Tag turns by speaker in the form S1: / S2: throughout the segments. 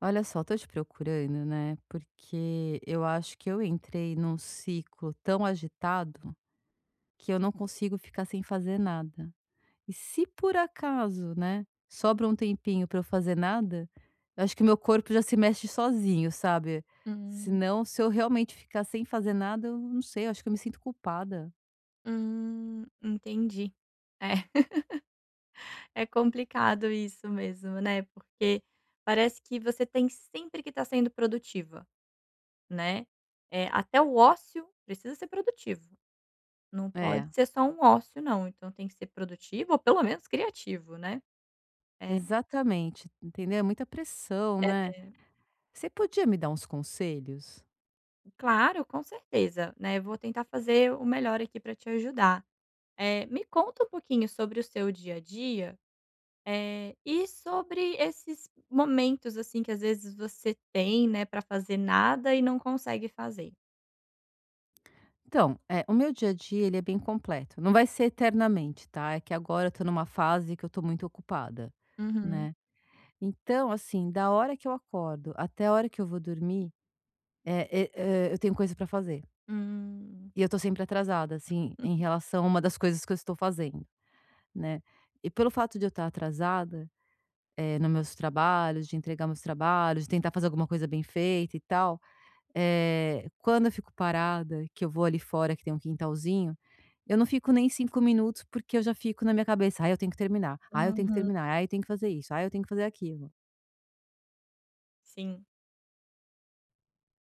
S1: Olha só, tô te procurando, né? Porque eu acho que eu entrei num ciclo tão agitado que eu não consigo ficar sem fazer nada. E se por acaso, né, sobra um tempinho pra eu fazer nada, eu acho que meu corpo já se mexe sozinho, sabe?
S2: Hum,
S1: Senão, se eu realmente ficar sem fazer nada, eu não sei, eu acho que eu me sinto culpada.
S2: entendi. É, é complicado isso mesmo, né, porque parece que você tem sempre que estar sendo produtiva, né, até o ócio precisa ser produtivo, não pode
S1: É,
S2: ser só um ócio não, então tem que ser produtivo ou pelo menos criativo, né.
S1: exatamente, entendeu? É muita pressão, né? Você podia me dar uns conselhos?
S2: Claro, com certeza, né, vou tentar fazer o melhor aqui para te ajudar. Me conta um pouquinho sobre o seu dia a dia. E sobre esses momentos, assim, que às vezes você tem, né, para fazer nada e não consegue fazer?
S1: Então, o meu dia a dia, ele é bem completo. Não vai ser eternamente, tá, é que agora eu tô numa fase que eu tô muito ocupada,
S2: Uhum.
S1: né. Então, assim, da hora que eu acordo até a hora que eu vou dormir, eu tenho coisa pra fazer.
S2: Hum.
S1: E eu tô sempre atrasada, assim, em relação a uma das coisas que eu estou fazendo, né. E pelo fato de eu estar atrasada, no meus trabalhos, de entregar meus trabalhos, de tentar fazer alguma coisa bem feita e tal, quando eu fico parada, que eu vou ali fora que tem um quintalzinho, eu não fico nem 5 minutos, porque eu já fico na minha cabeça: "Ah, eu tenho que terminar. Ah, eu tenho que
S2: Uhum.
S1: terminar. Ah, eu tenho que fazer isso. Ah, eu tenho que fazer aquilo".
S2: Sim,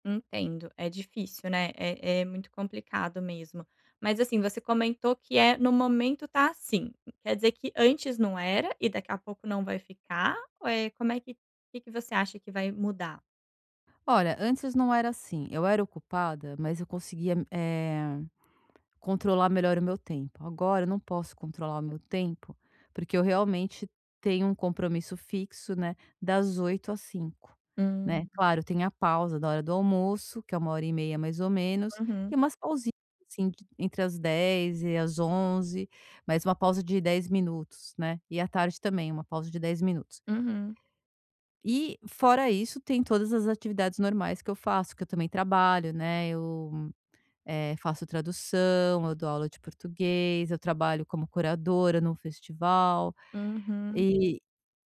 S2: entendo. É difícil, né, é muito complicado mesmo. Mas, assim, você comentou que é no momento tá assim. Quer dizer que antes não era e daqui a pouco não vai ficar? Ou é como é que que você acha que vai mudar?
S1: Olha, antes não era assim. Eu era ocupada, mas eu conseguia, controlar melhor o meu tempo. Agora eu não posso controlar o meu tempo, porque eu realmente tenho um compromisso fixo, né, das 8 às 5, né.
S2: Hum,
S1: Claro, tem a pausa da hora do almoço, que é 1 hora e meia mais ou menos,
S2: uhum,
S1: e umas pausinhas, assim, de entre as 10 e as 11, h mas uma pausa de 10 minutos, né. E à tarde também, uma pausa de 10 minutos.
S2: uhum,
S1: E fora isso, tem todas as atividades normais que eu faço, que eu também trabalho, né, eu faço tradução, eu dou aula de português, eu trabalho como curadora num festival,
S2: uhum,
S1: e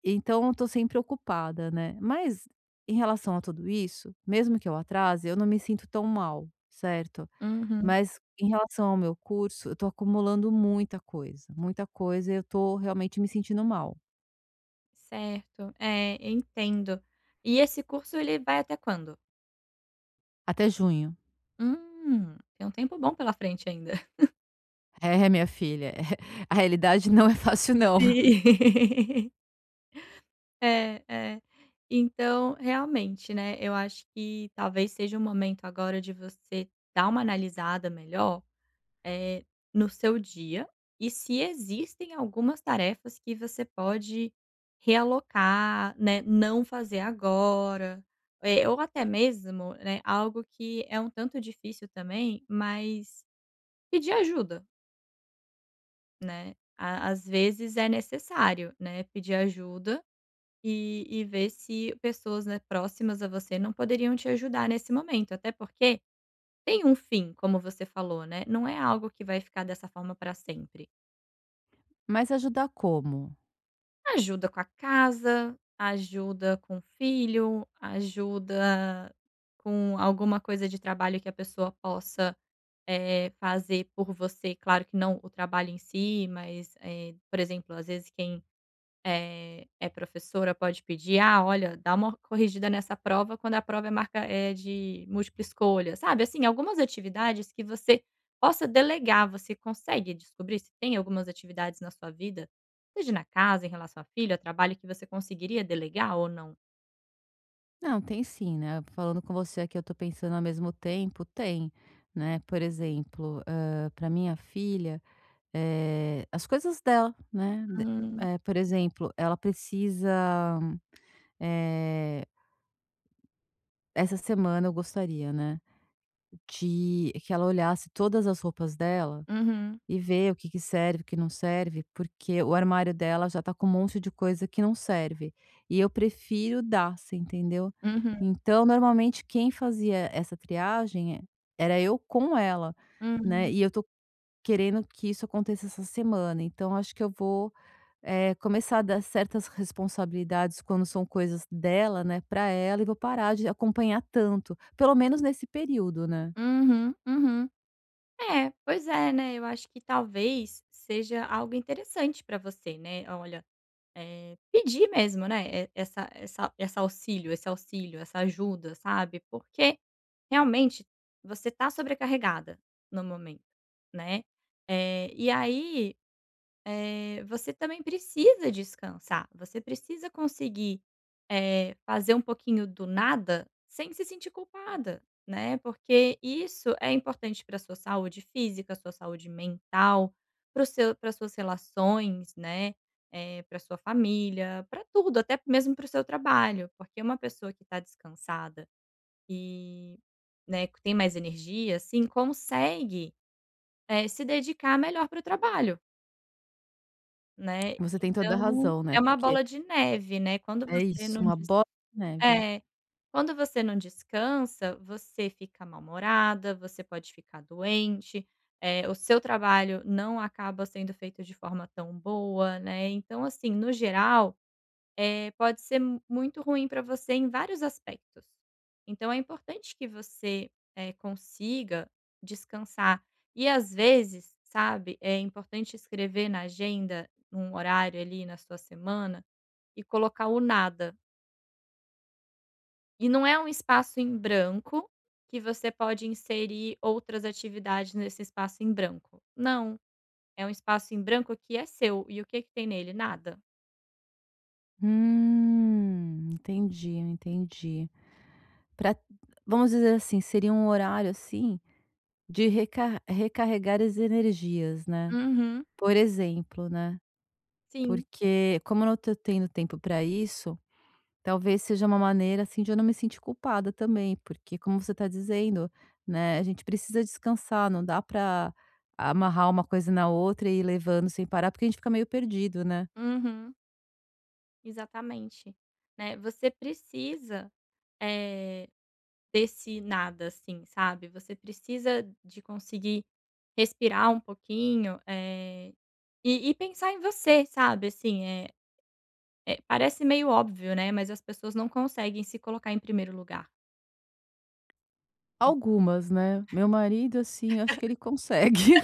S1: então estou sempre ocupada, né. Mas em relação a tudo isso, mesmo que eu atrase, eu não me sinto tão mal, certo.
S2: uhum,
S1: Mas em relação ao meu curso, eu estou acumulando muita coisa, e eu estou realmente me sentindo mal.
S2: certo, é, eu entendo. E esse curso ele vai até quando?
S1: Até junho.
S2: Tem um tempo bom pela frente ainda.
S1: É, minha filha, a realidade não é fácil não.
S2: Sim. É, é. Então, realmente, né, eu acho que talvez seja o momento agora de você dar uma analisada melhor, eh, no seu dia, e se existem algumas tarefas que você pode realocar, né, não fazer agora, ou até mesmo, né, algo que é um tanto difícil também, mas pedir ajuda, né? Às vezes é necessário, né, pedir ajuda e ver se pessoas, né, próximas a você não poderiam te ajudar nesse momento, até porque tem um fim, como você falou, né? Não é algo que vai ficar dessa forma para sempre.
S1: Mas ajudar como?
S2: Ajuda com a casa, ajuda com o filho, ajuda com alguma coisa de trabalho que a pessoa possa, fazer por você. Claro que não o trabalho em si, mas, por exemplo, às vezes quem é professora, pode pedir: "Ah, olha, dá uma corrigida nessa prova quando a prova é marca é de múltipla escolha", sabe, assim, algumas atividades que você possa delegar. Você consegue descobrir se tem algumas atividades na sua vida, seja na casa, em relação a filho, a trabalho, que você conseguiria delegar ou não?
S1: Não, tem sim, né. Falando com você aqui, eu tô pensando ao mesmo tempo, tem, né. Por exemplo, para minha filha, as coisas dela, né, d
S2: Hum.
S1: por exemplo, ela precisa, eh, essa semana eu gostaria, né, de que ela olhasse todas as roupas dela
S2: Uhum.
S1: e ver o que que serve, o que não serve, porque o armário dela já tá com um monte de coisa que não serve. E eu prefiro dar, você entendeu?
S2: Uhum.
S1: Então, normalmente quem fazia essa triagem era eu com ela, né,
S2: Hum.
S1: e eu tô querendo que isso aconteça essa semana, então acho que eu vou, começar a dar certas responsabilidades quando são coisas dela, né, para ela, e vou parar de acompanhar tanto, pelo menos nesse período, né.
S2: Uhum, uhum. É, pois é, né, eu acho que talvez seja algo interessante para você, né. Olha, pedir mesmo, né, e essa esse auxílio, essa ajuda, sabe, porque realmente você tá sobrecarregada no momento, né. E aí, você também precisa descansar, você precisa conseguir, fazer um pouquinho do nada sem se sentir culpada, né, porque isso é importante para sua saúde física, sua saúde mental, para o seu para suas relações, né, para sua família, para tudo, até mesmo para o seu trabalho, porque uma pessoa que está descansada e, né, que tem mais energia, assim, consegue, se dedicar melhor para o trabalho. Né,
S1: Você tem toda a
S2: então
S1: razão, né,
S2: é uma
S1: porque
S2: bola de neve, né, quando
S1: é
S2: você
S1: isso,
S2: não
S1: uma
S2: des,
S1: bola de neve.
S2: é, quando você não descansa, você fica mal-humorada, você pode ficar doente, o seu trabalho não acaba sendo feito de forma tão boa, né, então assim, no geral, pode ser mu muito ruim para você em vários aspectos. Então é importante que você, consiga descansar. E às vezes, sabe, é importante escrever na agenda, um horário ali na sua semana, e colocar o nada. E não é um espaço em branco, que você pode inserir outras atividades nesse espaço em branco. Não, é um espaço em branco que é seu. E o que que tem nele? Nada.
S1: Entendi, entendi. Para, vamos dizer assim, seria um horário, assim, de recarregar as energias, né,
S2: Uhum.
S1: por exemplo, né,
S2: Sim.
S1: porque como eu não tô tendo tempo para isso, talvez seja uma maneira, assim, de eu não me sentir culpada também, porque como você está dizendo, né, a gente precisa descansar, não dá para amarrar uma coisa na outra e ir levando sem parar, porque a gente fica meio perdido, né.
S2: Uhum. Exatamente, né, você precisa, eh, desse nada, assim, sabe, você precisa de conseguir respirar um pouquinho, e pensar em você, sabe, assim, parece meio óbvio, né, mas as pessoas não conseguem se colocar em primeiro lugar.
S1: Algumas, né, meu marido, assim, eu acho que ele consegue.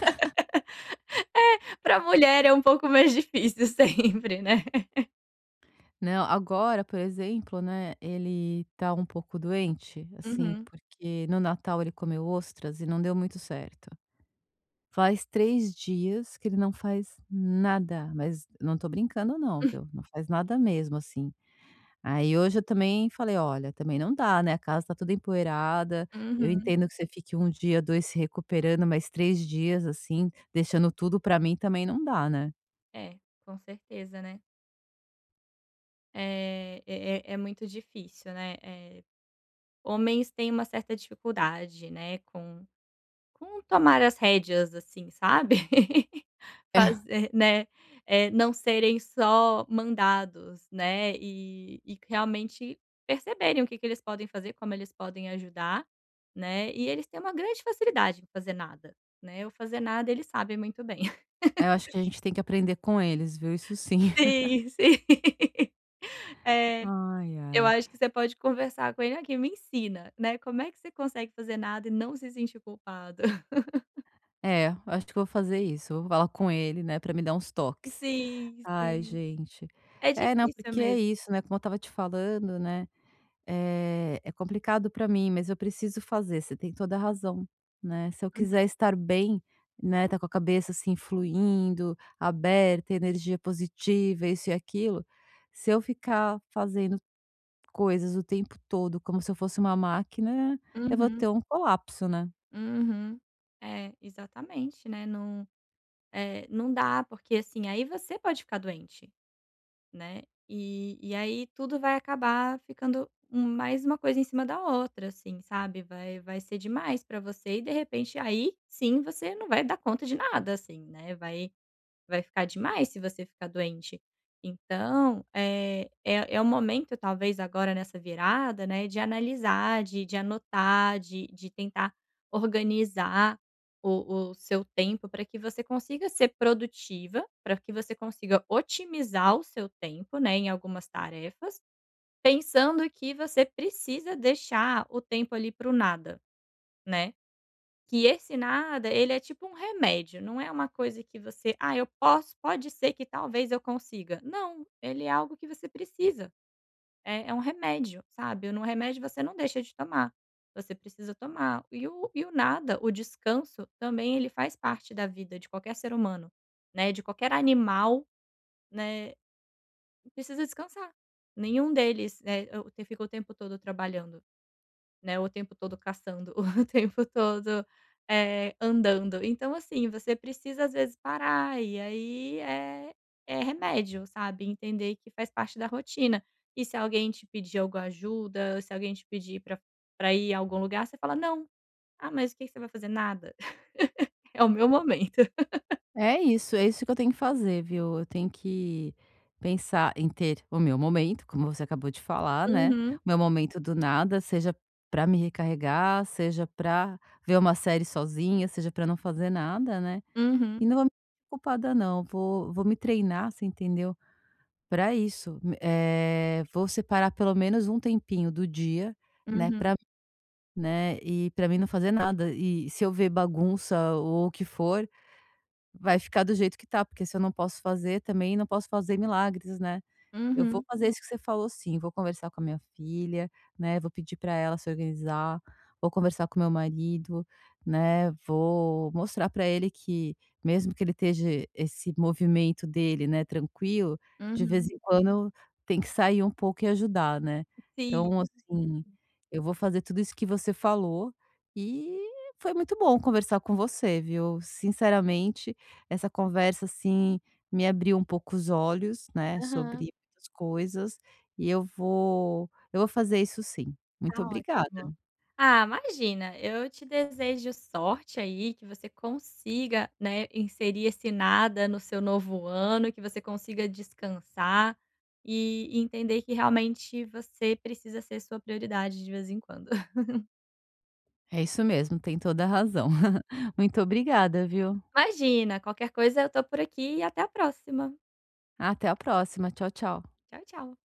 S2: Pra mulher é um pouco mais difícil sempre, né.
S1: Não, agora, por exemplo, né, ele tá um pouco doente, assim,
S2: Uhum,
S1: porque no Natal ele comeu ostras e não deu muito certo. Faz 3 dias que ele não faz nada, mas não tô brincando não, viu, não faz nada mesmo, assim. Aí hoje eu também falei: "Olha, também não dá, né, a casa tá toda empoeirada, eu
S2: uhum.
S1: entendo que você fique um dia, 2 se recuperando, mas 3 dias, assim, deixando tudo pra mim também não dá, né".
S2: É, com certeza, né. É muito difícil, né, eh. Homens têm uma certa dificuldade, né, com tomar as rédeas, assim, sabe. Fazer, né, não serem só mandados, né, e realmente perceberem o que que eles podem fazer, como eles podem ajudar, né, e eles têm uma grande facilidade em fazer nada, né, o fazer nada eles sabem muito bem.
S1: Eu acho que a gente tem que aprender com eles, viu, isso sim.
S2: Sim, sim. É,
S1: Ai,
S2: eu
S1: ai.
S2: acho que você pode conversar com ele: "Aqui, me ensina, né, como é que você consegue fazer nada e não se sentir culpado?"
S1: É, acho que eu vou fazer isso. Vou falar com ele, né, para me dar uns toques.
S2: Sim,
S1: Ai,
S2: sim.
S1: gente.
S2: É
S1: É, não,
S2: difícil
S1: porque é
S2: mesmo.
S1: isso, né, como eu estava te falando, né, é complicado para mim, mas eu preciso fazer, você tem toda a razão, né. Se eu quiser estar bem, né, tá com a cabeça, assim, fluindo, aberta, energia positiva, isso e aquilo, se eu ficar fazendo coisas o tempo todo como se eu fosse uma máquina, eu vou
S2: Uhum,
S1: ter um colapso, né.
S2: uhum. É, exatamente, né, não, não dá, porque, assim, aí você pode ficar doente, né, e aí tudo vai acabar ficando mais uma coisa em cima da outra, assim, sabe, vai ser demais pra você e, de repente, aí sim você não vai dar conta de nada, assim, né, vai vai ficar demais se você ficar doente. Então, é o momento talvez agora nessa virada, né, de analisar, de anotar, de tentar organizar o seu tempo para que você consiga ser produtiva, para que você consiga otimizar o seu tempo, né, em algumas tarefas, pensando que você precisa deixar o tempo ali para o nada, né. Que esse nada, ele é tipo um remédio, não é uma coisa que você: "Ah, eu posso pode ser que talvez eu consiga". Não, ele é algo que você precisa, é um remédio, sabe. No remédio você não deixa de tomar, você precisa tomar. E o nada, o descanso, também ele faz parte da vida de qualquer ser humano, né, de qualquer animal, né, precisa descansar. Nenhum deles, né, o fica o tempo todo trabalhando, né, o tempo todo caçando, o tempo todo, andando. Então assim, você precisa às vezes parar e aí é remédio, sabe, entender que faz parte da rotina. E se alguém te pedir alguma ajuda, se alguém te pedir pra ir a algum lugar, você fala: "Não". "Ah, mas o que que você vai fazer?". "Nada". "É o meu momento".
S1: É isso que eu tenho que fazer, viu. Eu tenho que pensar em ter o meu momento, como você acabou de falar, né,
S2: Uhum,
S1: o meu momento do nada, seja para me recarregar, seja para ver uma série sozinha, seja para não fazer nada, né. E
S2: uhum,
S1: não vou me sentir culpada não, vou me treinar, você entendeu, para isso. Vou separar pelo menos um tempinho do dia, né,
S2: uhum,
S1: para, né, e para mim não fazer nada. E se eu ver bagunça ou o que for, vai ficar do jeito que tá, porque se eu não posso fazer também não posso fazer milagres, né. Eu vou
S2: uhum,
S1: fazer isso que você falou sim, vou conversar com a minha filha, né, vou pedir para ela se organizar, vou conversar com meu marido, né, vou mostrar para ele que mesmo que ele esteja esse movimento dele, né, tranquilo, de vez
S2: uhum.
S1: em quando tem que sair um pouco e ajudar, né.
S2: Sim,
S1: Então, assim, eu vou fazer tudo isso que você falou e foi muito bom conversar com você, viu. Sinceramente, essa conversa, assim, me abriu um pouco os olhos, né,
S2: aham.
S1: sobre muitas coisas, e eu vou fazer isso sim.
S2: Tá
S1: Muito obrigada.
S2: ótimo. Ah, imagina, eu te desejo sorte aí, que você consiga, né, inserir esse nada no seu novo ano, que você consiga descansar e entender que realmente você precisa ser sua prioridade de vez em quando.
S1: É isso mesmo, tem toda a razão. Muito obrigada, viu.
S2: Imagina, qualquer coisa eu tô por aqui e até a próxima.
S1: Até a próxima. Tchau, tchau.
S2: Tchau, tchau.